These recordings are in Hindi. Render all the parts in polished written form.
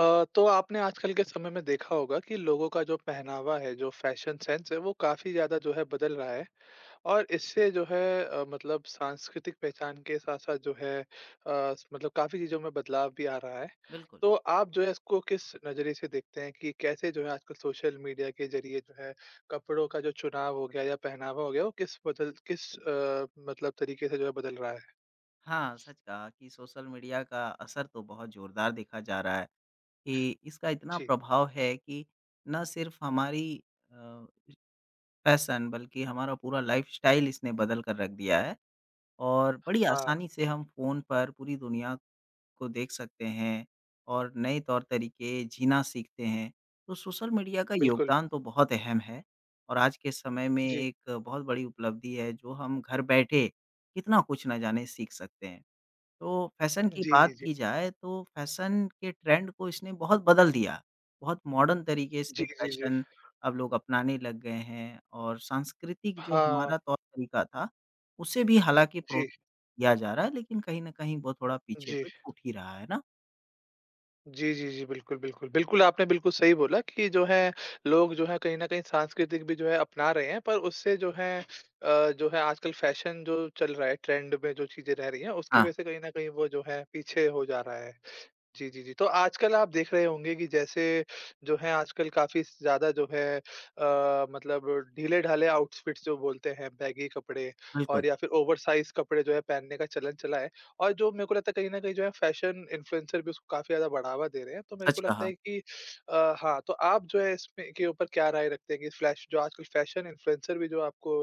तो आपने आजकल के समय में देखा होगा कि लोगों का जो पहनावा है, जो फैशन सेंस है, वो काफ़ी ज़्यादा जो है बदल रहा है और इससे जो है मतलब सांस्कृतिक पहचान के साथ-साथ जो है मतलब काफ़ी चीज़ों में बदलाव भी आ रहा है। तो आप जो है इसको किस नज़रिए से देखते हैं कि कैसे जो है आजकल सोशल मीडिया के ज़रिए जो है कपड़ों का जो चुनाव हो गया या पहनावा हो गया, वो किस मतलब तरीके से जो है बदल रहा है? सोशल मीडिया का असर तो बहुत ज़ोरदार देखा जा रहा है कि इसका इतना जी। प्रभाव है कि ना सिर्फ हमारी अ, फ़ैशन बल्कि हमारा पूरा लाइफ़स्टाइल इसने बदल कर रख दिया है और बड़ी हाँ, आसानी से हम फ़ोन पर पूरी दुनिया को देख सकते हैं और नए तौर-तरीके जीना सीखते हैं। तो सोशल मीडिया का बिल्कुल। योगदान तो बहुत अहम है और आज के समय में जी। एक बहुत बड़ी उपलब्धि है जो हम घर बैठे कितना कुछ ना जाने सीख सकते हैं। तो फैशन की जी, जी, बात जी। की जाए तो फैशन के ट्रेंड को इसने बहुत बदल दिया। बहुत मॉडर्न तरीके जी, से जी, जी। फैशन अब लोग अपनाने लग गए हैं और सांस्कृतिक जो हाँ, हमारा तौर-तरीका था, उसे भी हालाँकि प्रो जी। किया जा रहा है लेकिन कहीं न कहीं वो थोड़ा पीछे जी। तो छूट ही रहा है ना? जी, जी, जी। बिल्कुल, बिल्कुल। बिल्कुल, आपने बिल्कुल सही बोला कि जो है लोग जो है कहीं न कहीं सांस्कृतिक भी जो है अपना रहे हैं, पर उससे जो है जो है आजकल फ़ैशन जो चल रहा है, ट्रेंड में जो चीज़ें रह रही हैं, उसकी हाँ, वज़ह से कहीं न कहीं वो जो है पीछे हो जा रहा है। जी, जी, जी। तो आजकल आप देख रहे होंगे कि जैसे जो है आजकल काफ़ी ज़्यादा जो है मतलब ढीले-ढाले आउटफिट्स जो बोलते हैं, बैगी कपड़े और बिल्कुल, या फिर ओवरसाइज़ कपड़े जो है पहनने का चलन चला है। और जो मेरे को लगता है कहीं न कहीं जो है फैशन इन्फ्लुएंसर भी उसको काफ़ी ज़्यादा बढ़ावा दे रहे हैं। तो मेरे को सच लगता कहा। है कि हाँ, तो आप जो है इसमें के ऊपर क्या राय रखते हैं कि फ्लैश जो आजकल फैशन इन्फ्लुएंसर भी जो आपको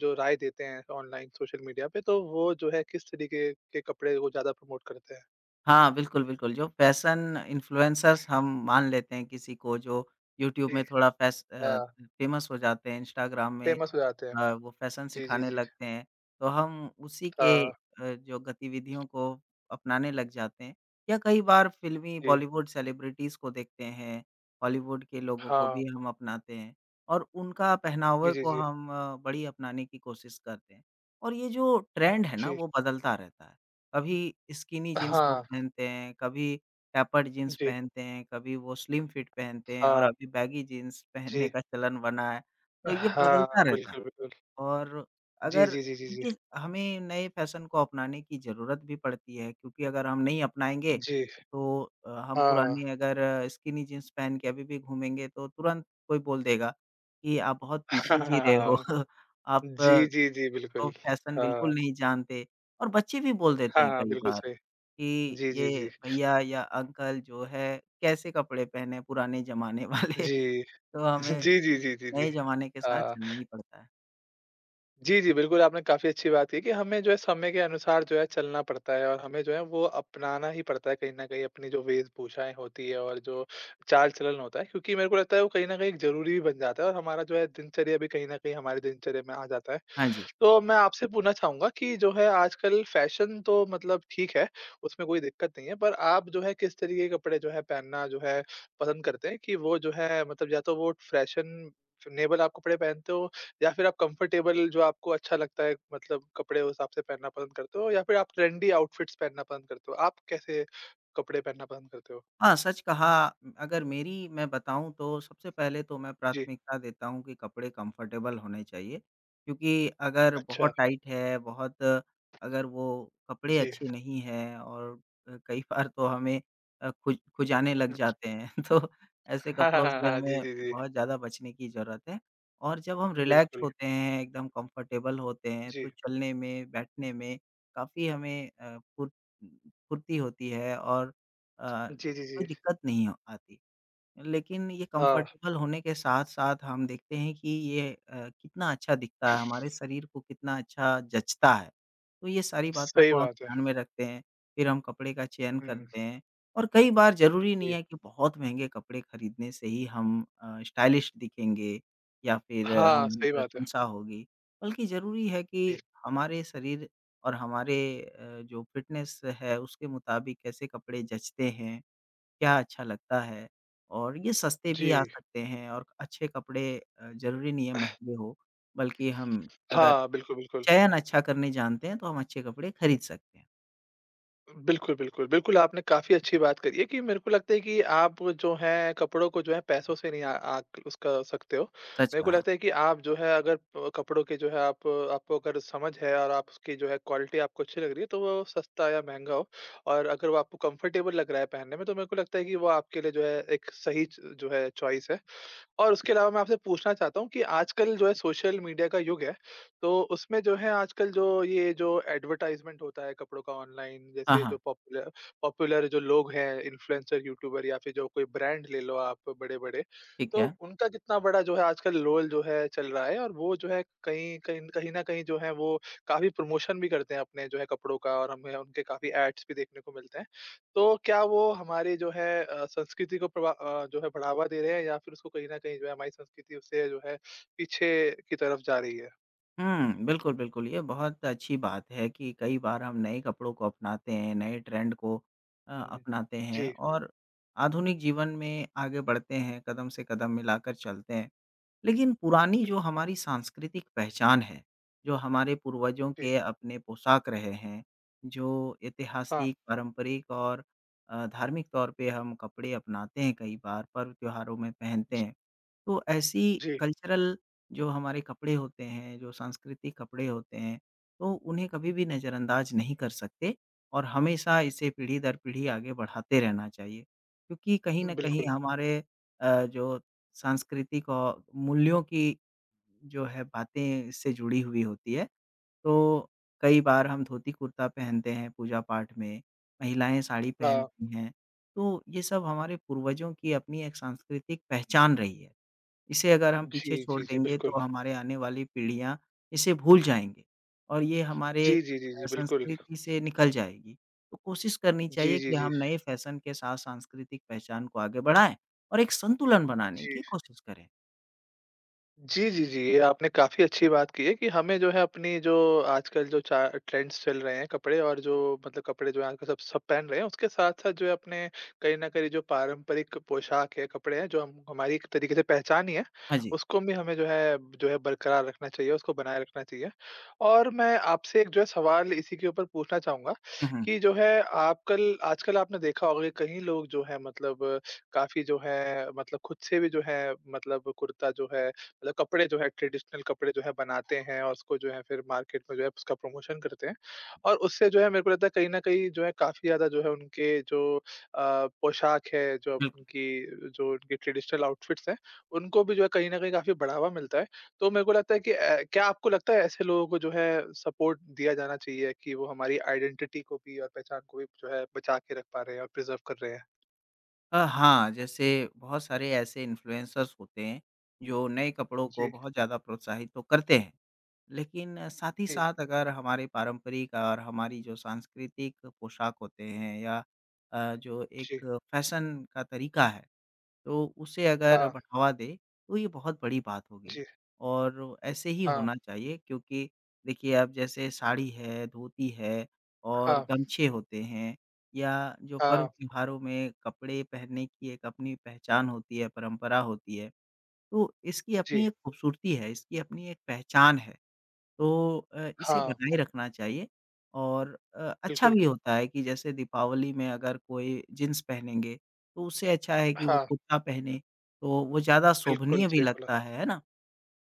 जो राय देते हैं ऑनलाइन सोशल मीडिया पे, तो वो जो है किस तरीके के कपड़े वो ज़्यादा प्रमोट करते हैं? हाँ, बिल्कुल, बिल्कुल जो फैशन इन्फ्लुएंसर्स हम मान लेते हैं किसी को जो यूट्यूब जी। में थोड़ा फ़ेमस हो जाते हैं, इंस्टाग्राम में फेमस हो जाते हैं। वो फ़ैशन जी, जी, सिखाने जी। लगते हैं, तो हम उसी के हाँ, जो गतिविधियों को अपनाने लग जाते हैं या कई बार फ़िल्मी जी। बॉलीवुड सेलिब्रिटीज़ को देखते हैं, हॉलीवुड के लोगों को हाँ। भी हम अपनाते हैं और उनका जी, पहनावे जी, को जी। हम बड़ी अपनाने की कोशिश करते हैं और ये जो ट्रेंड है ना, जी। वो बदलता रहता है। कभी स्किनी जीन्स लोग हाँ। पहनते हैं, कभी टैपर्ड जीन्स जी। पहनते हैं, कभी वो स्लिम फिट पहनते हैं और हाँ। अभी बैगी जीन्स जी। पहनने का चलन बना है, तो ये हाँ, बदलता रहता है। बिल्कुल, बिल्कुल। और जी, अगर जी, जी, जी, जी। कि हमें नए फ़ैशन को अपनाने की ज़रूरत भी पड़ती है क्योंकि अगर हम नहीं अपनाएँगे जी, तो हम हाँ। पुराने अगर स्किनी जीन्स पहन के अभी भी घूमेंगे तो तुरंत कोई बोल देगा कि आप बहुत पीछे जी रहे हो, हाँ। आप जी, अ, जी, जी, बिल्कुल। तो फ़ैशन हाँ। बिल्कुल नहीं जानते। और बच्चे भी बोल देते हाँ, हैं हाँ, कई बिल्कुल बार सही। कि जी, ये जी, जी। भैया या अंकल जो है कैसे कपड़े पहने पुराने ज़माने वाले, जी। तो हमें जी, जी, जी, जी, जी। नए ज़माने के साथ हाँ। चलना ही पड़ता है। जी, जी, बिल्कुल आपने काफ़ी अच्छी बात की कि हमें जो है समय के अनुसार जो है चलना पड़ता है और हमें जो है वो अपनाना ही पड़ता है कहीं न कहीं अपनी जो वेशभूषाएँ होती है और जो चाल-चलन होता है क्योंकि मेरे को लगता है वो कहीं न कहीं ज़रूरी भी बन जाता है और हमारा जो है दिनचर्या भी कहीं न कहीं हमारी दिनचर्या में आ जाता है। हाँ जी। तो मैं आपसे पूछना चाहूँगा कि जो है आजकल फ़ैशन तो मतलब ठीक है, उसमें कोई दिक्कत नहीं है, पर आप जो है किस तरीके के कपड़े जो है पहनना जो है पसंद करते हैं कि वो जो है मतलब या तो वो फ़ैशन नेबल आप कपड़े पहनते हो या फिर आप कंफ़र्टेबल जो आपको अच्छा लगता है मतलब कपड़े उस हिसाब से पहनना पसंद करते हो या फिर आप ट्रेंडी आउटफ़िट्स पहनना पसंद करते हो? आप कैसे कपड़े पहनना पसंद करते हो? हाँ, सच कहा। अगर मेरी मैं बताऊँ तो सबसे पहले तो मैं जी, प्राथमिकता देता हूँ कि कपड़े कम्फ़र्टेबल होने चाहिए। क्योंकि अगर अच्छा, बहुत टाइट है, बहुत अगर वो कपड़े जी। अच्छे नहीं हैं और कई बार तो हमें खुजाने लग जाते हैं। तो ऐसे हाँ, हाँ, कपड़ों हाँ, से हाँ। जी, हमें जी, जी। बहुत ज़्यादा बचने की ज़रूरत है। और जब हम रिलैक्स्ड बिल्कुल। होते हैं, एकदम कम्फ़र्टेबल होते हैं, जी। तो चलने में, बैठने में काफ़ी हमें फुर्ती होती है और अ जी, जी, कोई जी। दिक्कत नहीं हो आती। लेकिन ये हाँ, कम्फ़र्टेबल होने के साथ-साथ हम देखते हैं कि ये कितना अच्छा दिखता है, हमारे शरीर को कितना अच्छा जचता है। तो ये सारी बातों सही को हम बात है। ध्यान में रखते हैं, फिर हम कपड़े का चयन हुँ। करते हैं और कई बार ज़रूरी नहीं जी। है कि बहुत महँगे कपड़े खरीदने से ही हम स्टाइलिश दिखेंगे या फिर हाँ, हमारी सही बात है। प्रशंसा होगी। बल्कि ज़रूरी है जी, कि हमारे शरीर और हमारे जो फ़िटनेस है उसके मुताबिक कैसे कपड़े जचते हैं क्या अच्छा लगता है और ये सस्ते जी। भी आ सकते हैं और अच्छे कपड़े ज़रूरी नहीं है महँगे हो, बल्कि हम अगर हाँ, बिल्कुल, बिल्कुल। चयन अच्छा करने जानते हैं, तो हम अच्छे कपड़े खरीद सकते हैं। बिल्कुल, बिल्कुल, बिल्कुल आपने काफ़ी अच्छी बात करी है कि मेरे को लगता है कि आप जो हैं कपड़ों को जो है पैसों से नहीं आ आँक उस कर सकते हो। सच मेरे को कहा। लगता है कि आप जो है अगर कपड़ों के जो है आप आपको अगर समझ है और आप उसकी जो है क्वालिटी आपको अच्छी लग रही है तो वो सस्ता या महँगा हो और अगर वो आपको कंफर्टेबल लग रहा है पहनने में तो मेरे को लगता है कि वो आपके लिए जो है एक सही च जो है चॉइस है। और उसके अलावा मैं आपसे पूछना चाहता हूँ कि आजकल जो है सोशल मीडिया का युग है तो उसमें जो है आजकल जो ये जो एडवर्टाइज़मेंट होता है कपड़ों का ऑनलाइन हाँ, जैसे जो हाँ, पॉपुलर पॉपुलर जो लोग हैं इन्फ्लुएंसर, यूट्यूबर या फिर जो कोई ब्रांड ले लो आप बड़े-बड़े, ठीक तो है। उनका कितना बड़ा जो है आजकल रोल जो है चल रहा है और वो जो है कहीं कहीं कहीं न कहीं जो है वो काफ़ी प्रमोशन भी करते हैं अपने जो है कपड़ों का और हमें उनके काफ़ी एड्स भी देखने को मिलते हैं। तो क्या वो हमारे जो है संस्कृति को जो है बढ़ावा दे रहे हैं या फिर उसको कहीं न कहीं जो है हमारी संस्कृति उससे जो है पीछे की तरफ जा रही है? हुँ, बिल्कुल, बिल्कुल, ये बहुत अच्छी बात है कि कई बार हम नए कपड़ों को अपनाते हैं, नए ट्रेंड को हुँ, अपनाते हैं जी, और आधुनिक जीवन में आगे बढ़ते हैं, कदम से कदम मिलाकर चलते हैं। लेकिन पुरानी जो बिल्कुल, हमारी सांस्कृतिक पहचान है, जो हमारे पूर्वजों जी। के अपने पोशाक रहे हैं, जो हाँ, ऐतिहासिक, पारंपरिक और धार्मिक तौर पे हम कपड़े अपनाते हैं कई बार, पर्व त्योहारों में पहनते ज हैं। तो ऐसी जी, कल्चरल जो हमारे कपड़े होते हैं, जो सांस्कृतिक कपड़े होते हैं, तो उन्हें कभी भी नज़रअंदाज नहीं कर सकते और हमेशा इसे पीढ़ी दर पीढ़ी आगे बढ़ाते रहना चाहिए। क्योंकि कहीं न कहीं बिल्कुल। हमारे जो सांस्कृतिक औ मूल्यों की जो है बातें इससे जुड़ी हुई होती है। तो कई बार हम धोती-कुर्ता पहनते हैं पूजा-पाठ में, महिलाएँ साड़ी हाँ, पहनती हैं। तो ये सब हमारे पूर्वजों की अपनी एक सांस्कृतिक पहचान रही है। इसे अगर हम जी, पीछे छोड़ जी, जी, देंगे बिल्कुल। तो हमारे आने वाली पीढ़ियाँ इसे भूल जाएँगे और ये हमारे जी, जी, जी, जी, बिल्कुल। संस्कृति से निकल जाएगी। तो कोशिश करनी जी, चाहिए जी, कि जी, हम नए फ़ैशन के साथ सांस्कृतिक पहचान को आगे बढ़ाएँ और एक संतुलन बनाने जी। की कोशिश करें। जी, जी, जी। ये आपने काफ़ी अच्छी बात की है कि हमें जो है अपनी जो आजकल जो चा ट्रेंड्स चल रहे हैं कपड़े और जो मतलब कपड़े जो हैं आजकल सब सब पहन रहे हैं, उसके साथ-साथ जो है अपने कहीं न कहीं जो पारंपरिक पोशाक है, कपड़े हैं, जो हम हमारी एक तरीके से पहचान ही है, हाँ जी। उसको भी हमें जो है बरकरार रखना चाहिए, उसको बनाए रखना चाहिए। और मैं आपसे एक जो है सवाल इसी के ऊपर पूछना चाहूँगा हुँ, हुँ। कि जो है आपकल आजकल आपने देखा होगा कि कहीं लोग जो है मतलब काफ़ी जो है मतलब खुद से भी जो है मतलब कुर्ता जो है मतलब कपड़े जो है ट्रेडिशनल कपड़े जो है बनाते हैं और उसको जो है फिर मार्केट में जो है उसका प्रमोशन करते हैं। और उससे जो है मेरे को लगता है कहीं न कहीं जो है काफ़ी ज़्यादा जो है उनके जो पोशाक है, जो उनकी ट्रेडिशनल आउटफिट्स हैं, उनको भी जो है कहीं न कहीं काफ़ी बढ़ावा मिलता है। तो मेरे को लगता है कि क्या आपको लगता है ऐसे लोगों को जो है सपोर्ट दिया जाना चाहिए कि वो हमारी आइडेंटिटी को भी और पहचान को भी जो है बचा के रख पा रहे हैं और प्रिज़र्व कर रहे हैं? हाँ, जैसे बहुत सारे ऐसे इन्फ्लुएंसर्स होते हैं जो नए कपड़ों को जी, बहुत ज़्यादा प्रोत्साहित तो करते हैं। लेकिन साथ ही जी, साथ अगर हमारे पारंपरिक और हमारी जो सांस्कृतिक पोशाक होते हैं या जो जी। एक फैशन का तरीका है, तो उसे अगर हाँ, बढ़ावा दें, तो ये बहुत बड़ी बात होगी जी। और ऐसे ही हाँ, होना चाहिए क्योंकि देखिए अब जैसे साड़ी है, धोती है और हाँ, गमछे होते हैं या जो पर्व हाँ, त्योहारों में कपड़े पहनने की एक अपनी पहचान होती है, परंपरा होती है, तो इसकी अपनी जी, एक खूबसूरती है, इसकी अपनी एक पहचान है। तो इसे हाँ। बनाए रखना चाहिए और अच्छा बिल्कुल, भी होता है कि जैसे दीपावली में अगर कोई जीन्स पहनेंगे, तो उससे अच्छा है कि वो हाँ, कुर्ता पहने, तो वो ज़्यादा बिल्कुल शोभनीय भी सही बोला। लगता है ना?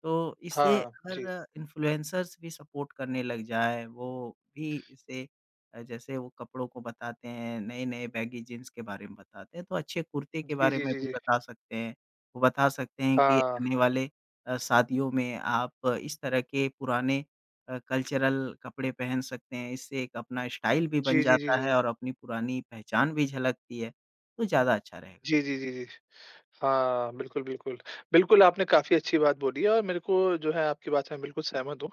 तो इससे हाँ, जी। अगर इन्फ्लुएंसर्स भी सपोर्ट करने लग जाएँ, वो भी इसे जैसे वो कपड़ों को बताते हैं, नए-नए बैगी जीन्स के बारे में बताते हैं, तो अच्छे कुर्ते के जी, बारे जी, में जी, भी जी। बता सकते हैं। वो बता सकते हैं कि हाँ। आने वाले शादियों में आप इस तरह के पुराने कल्चरल कपड़े पहन सकते हैं, इससे एक अपना स्टाइल भी बन जी, जी, जी, जी, जाता जी। है और अपनी पुरानी पहचान भी झलकती है, तो ज़्यादा अच्छा रहेगा। जी, जी, जी, जी। हाँ, बिल्कुल, बिल्कुल। बिल्कुल, आपने काफ़ी अच्छी बात बोली है और मेरे को जो है आपकी बात से मैं बिल्कुल सहमत हूँ।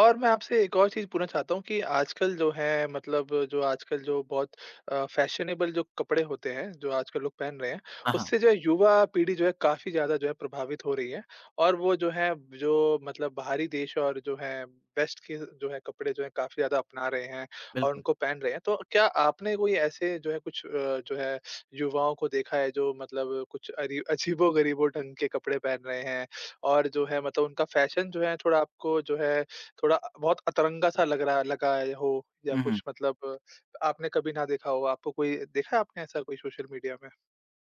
और मैं आपसे एक और चीज़ पूछना चाहता हूँ कि आजकल जो है मतलब जो आजकल जो बहुत फैशनेबल जो कपड़े होते हैं, जो आजकल लोग पहन रहे हैं, हाँ, हाँ, उससे जो है युवा पीढ़ी जो है काफ़ी ज़्यादा जो है प्रभावित हो रही है। और वो जो है जो मतलब बाहरी देश और जो है वेस्ट के जो है कपड़े जो है काफ़ी ज़्यादा अपना रहे हैं और बिल्कुल। उनको पहन रहे हैं। तो क्या आपने कोई ऐसे जो है कुछ जो है युवाओं को देखा है जो मतलब कुछ अरी अजीबो-गरीबो ढंग के कपड़े पहन रहे हैं और जो है मतलब उनका फ़ैशन जो है थोड़ा आपको जो है थोड़ा बहुत अतरंगा-सा लग रहा लगा है हो या हुँ, कुछ हुँ। मतलब आपने कभी ना देखा हो, आपको कोई देखा है आपने ऐसा कोई सोशल मीडिया में?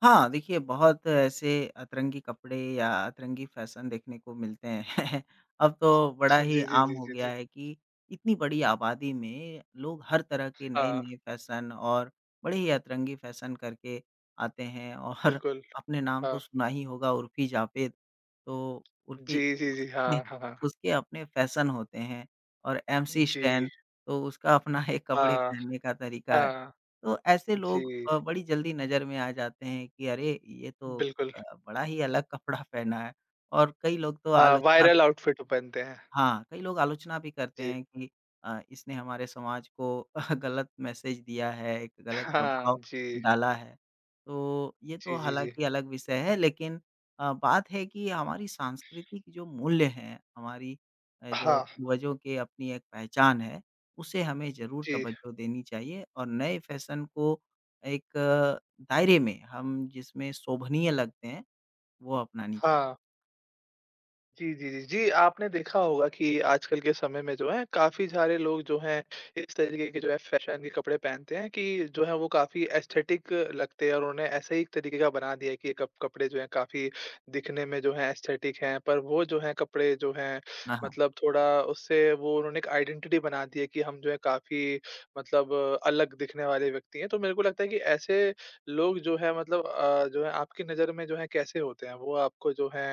हाँ, देखिए बहुत ऐसे अतरंगी कपड़े या अतरंगी फ़ैशन देखने को मिलते हैं। अब तो बड़ा ही जी, जी, आम जी, हो जी, गया जी। है कि इतनी बड़ी आबादी में लोग हर तरह के हाँ, नए-नए फ़ैशन और बड़े ही अतरंगी फ़ैशन करके आते हैं और बिल्कुल। आपने नाम हाँ। तो सुना ही होगा उर्फ़ी जावेद। तो उर्फ़ी जी, जी, जी। नहीं, हाँ, हाँ, हाँ। उसके अपने फैशन होते हैं और एमसी जी। स्टैन तो उसका अपना एक कपड़े हाँ, पहनने का तरीका है। हाँ। तो ऐसे लोग जी, बड़ी जल्दी नज़र में आ जाते हैं कि अरे! ये तो बिल्कुल। बड़ा ही अलग कपड़ा पहना है और कई लोग तो हाँ, आलोचना भी वायरल आउटफ़िट पहनते हैं। हाँ, कई लोग आलोचना भी करते जी। हैं कि इसने हमारे समाज को गलत मैसेज दिया है, एक गलत हाँ, प्रभाव जी। डाला है। तो ये जी, तो जी, जी। हालाँकि अलग विषय है लेकिन बात है कि हमारी सांस्कृतिक जो मूल्य हैं, हमारी जो हाँ, पूर्वजों के अपनी एक पहचान है, उसे हमें ज़रूर जी। तवज्जो देनी चाहिए और नए फैशन को एक दायरे में हम जिसमें शोभनीय लगते हैं, वो अपनानी चाहिए। हाँ। जी, जी, जी, जी, आपने देखा होगा कि आजकल के समय में जो है काफ़ी सारे लोग जो हैं इस तरीके के जो है फैशन के कपड़े पहनते हैं कि जो है वो काफ़ी एस्थेटिक लगते हैं और उन्हें ऐसे ही एक तरीके का बना दिया है कि ये कप कपड़े जो हैं काफ़ी दिखने में जो है एस्थेटिक हैं। पर वो जो हैं कपड़े जो हैं हाँ, हाँ। मतलब थोड़ा उससे वो उन्होंने एक आइडेंटिटी बना दी है कि हम जो है काफ़ी मतलब अलग दिखने वाले व्यक्ति हैं। तो मेरे को लगता है कि ऐसे लोग जो हैं मतलब जो है आपकी नज़र में जो है कैसे होते हैं? वो आपको जो है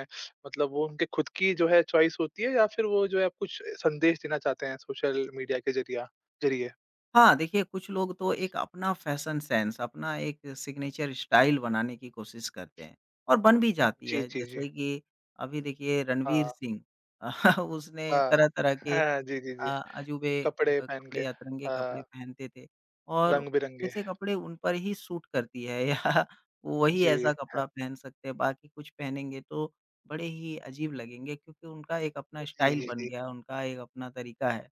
मतलब वो उनके खुद की जो है चॉइस होती है या फिर वो जो है आप कुछ संदेश देना चाहते हैं सोशल मीडिया के ज़रिया ज़रिए? हाँ, देखिए कुछ लोग तो एक अपना फैशन सेंस, अपना एक सिग्नेचर स्टाइल बनाने की कोशिश करते हैं और बन भी जाती जी, है। जी, जी। जैसे कि अभी देखिए रणवीर हाँ, सिंह उसने हाँ। तरह-तरह के हाँ, जी, जी, अ, जी। अजूबे कपड़े पहन के कपड़े या अतरंगे कपड़े हाँ, पहनते थे और रंग-बिरंगे। ऐसे कपड़े उन पर ही सूट करती है या वही जी। ऐसा कपड़ा पहन सकते हैं, बाकी कुछ पहनेंगे तो बड़े ही अजीब लगेंगे क्योंकि उनका एक अपना जी, स्टाइल जी, बन जी। गया है, उनका एक अपना तरीका है।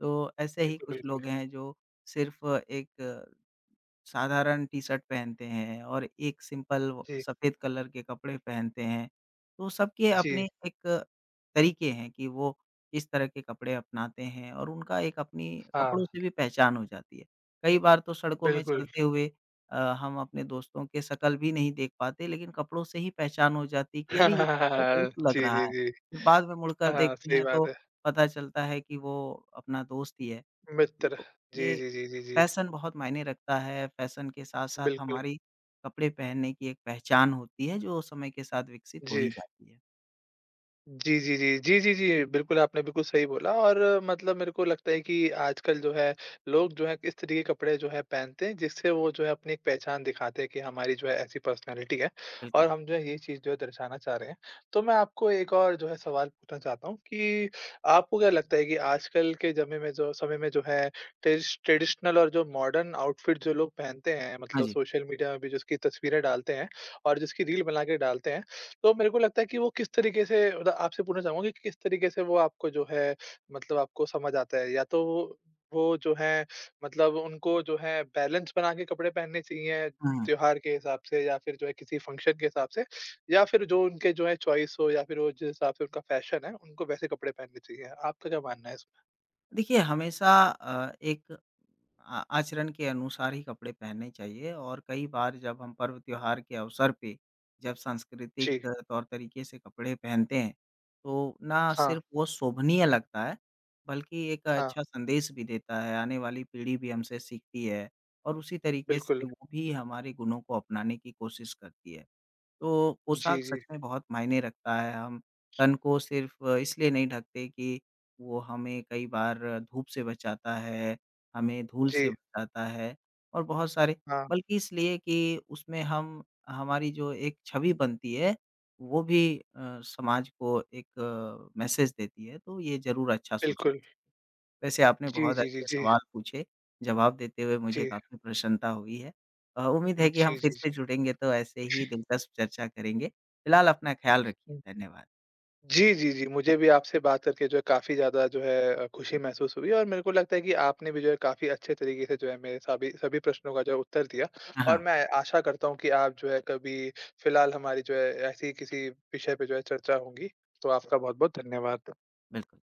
तो ऐसे ही बिल्कुल, कुछ बिल्कुल। लोग हैं जो सिर्फ़ एक साधारण टी-शर्ट पहनते हैं और एक सिंपल व जी, सफ़ेद कलर के कपड़े पहनते हैं। तो सबके जी। अपने एक तरीके हैं कि वो किस तरह के कपड़े अपनाते हैं और उनका एक अपनी हाँ, कपड़ों से भी पहचान हो जाती है। कई बार तो सड़कों में बिल्कुल। चलते हुए हम अपने दोस्तों के शकल भी नहीं देख पाते लेकिन कपड़ों से ही पहचान हो जाती है कि अरे! ये तो मेरा दोस्त लग जी, रहा जी, है। जी। फिर बाद में मुड़कर हाँ, देखते सही हैं बात तो है। पता चलता है कि वो अपना दोस्त ही है। मित्र। तो जी, ये जी, जी, जी, जी। फैशन बहुत मायने रखता है, फैशन के साथ-साथ बिल्कुल। हमारी कपड़े पहनने की एक पहचान होती है, जो समय के साथ विकसित हो जी। ही जाती है। जी, जी, जी। जी, जी, जी। बिल्कुल, आपने बिल्कुल सही बोला और मतलब मेरे को लगता है कि आजकल जो है लोग जो है इस तरह के कपड़े जो है पहनते हैं जिससे वो जो है अपनी एक पहचान दिखाते हैं कि हमारी जो है ऐसी पर्सनैलिटी है और हम जो है ये चीज़ जो है दर्शाना चाह रहे हैं। तो मैं आपको एक और जो है सवाल पूछना चाहता हूँ कि आपको क्या लगता है कि आजकल के जमे में जो समय में जो है ट्रेडिशनल और जो मॉडर्न आउटफिट जो लोग पहनते हैं हाँ मतलब जी। सोशल मीडिया में भी जिसकी तस्वीरें डालते हैं और जिसकी रील बना के डालते हैं तो मेरे को लगता है कि वो किस तरीके से मतलब आपसे पूछना चाहूँगा कि किस तरीके से वो आपको जो है मतलब आपको समझ आता है? या तो वो जो है मतलब उनको जो है बैलेंस बना के कपड़े पहनने चाहिए हुँ। त्योहार के हिसाब से या फिर जो है किसी फंक्शन के हिसाब से या फिर जो उनके जो है चॉइस हो या फिर वो जिस हिसाब से उनका फैशन है, उनको वैसे कपड़े पहनने चाहिए। आपका क्या मानना है इसमें? देखिए, हमेशा एक आ आचरण के अनुसार ही कपड़े पहनने चाहिए और कई बार जब हम पर्व त्योहार के अवसर पे जब सांस्कृतिक जी। तौर-तरीके से कपड़े पहनते हैं, तो ना हाँ, सिर्फ़ वो शोभनीय लगता है, बल्कि एक हाँ, अच्छा संदेश भी देता है, आने वाली पीढ़ी भी हमसे सीखती है और उसी तरीके से बिल्कुल। वो भी हमारे गुणों को अपनाने की कोशिश करती है। तो जी, पोशाक जी। सच में बहुत मायने रखता है। हम तन को सिर्फ़ इसलिए नहीं ढकते कि वो हमें कई बार धूप से बचाता है, हमें धूल से जी, बचाता है और बहुत सारे हाँ, बल्कि इसलिए कि उसमें हम हमारी जो एक छवि बनती है, वो भी समाज को एक मैसेज देती है। तो ये ज़रूर अच्छा सोचना बिल्कुल। चाहिए। वैसे आपने जी, बहुत जी, जी, अच्छे जी। सवाल पूछे, जवाब देते हुए मुझे जी। काफ़ी प्रसन्नता हुई है। उम्मीद है कि जी, हम फिर जी, से जी। जुड़ेंगे तो ऐसे ही दिलचस्प चर्चा करेंगे। फिलहाल अपना ख़्याल रखिए, धन्यवाद। जी, जी, जी। मुझे भी आपसे बात करके जो है काफ़ी ज़्यादा जो है खुशी महसूस हुई और मेरे को लगता है कि आपने भी जो है काफ़ी अच्छे तरीके से जो है मेरे सभी सभी प्रश्नों का जो है उत्तर दिया हाँ, और हाँ, मैं आशा करता हूँ कि आप जो है कभी फ़िलहाल हमारी जो है ऐसी किसी विषय पे जो है चर्चा होंगी। तो आपका बहुत-बहुत धन्यवाद। बिल्कुल।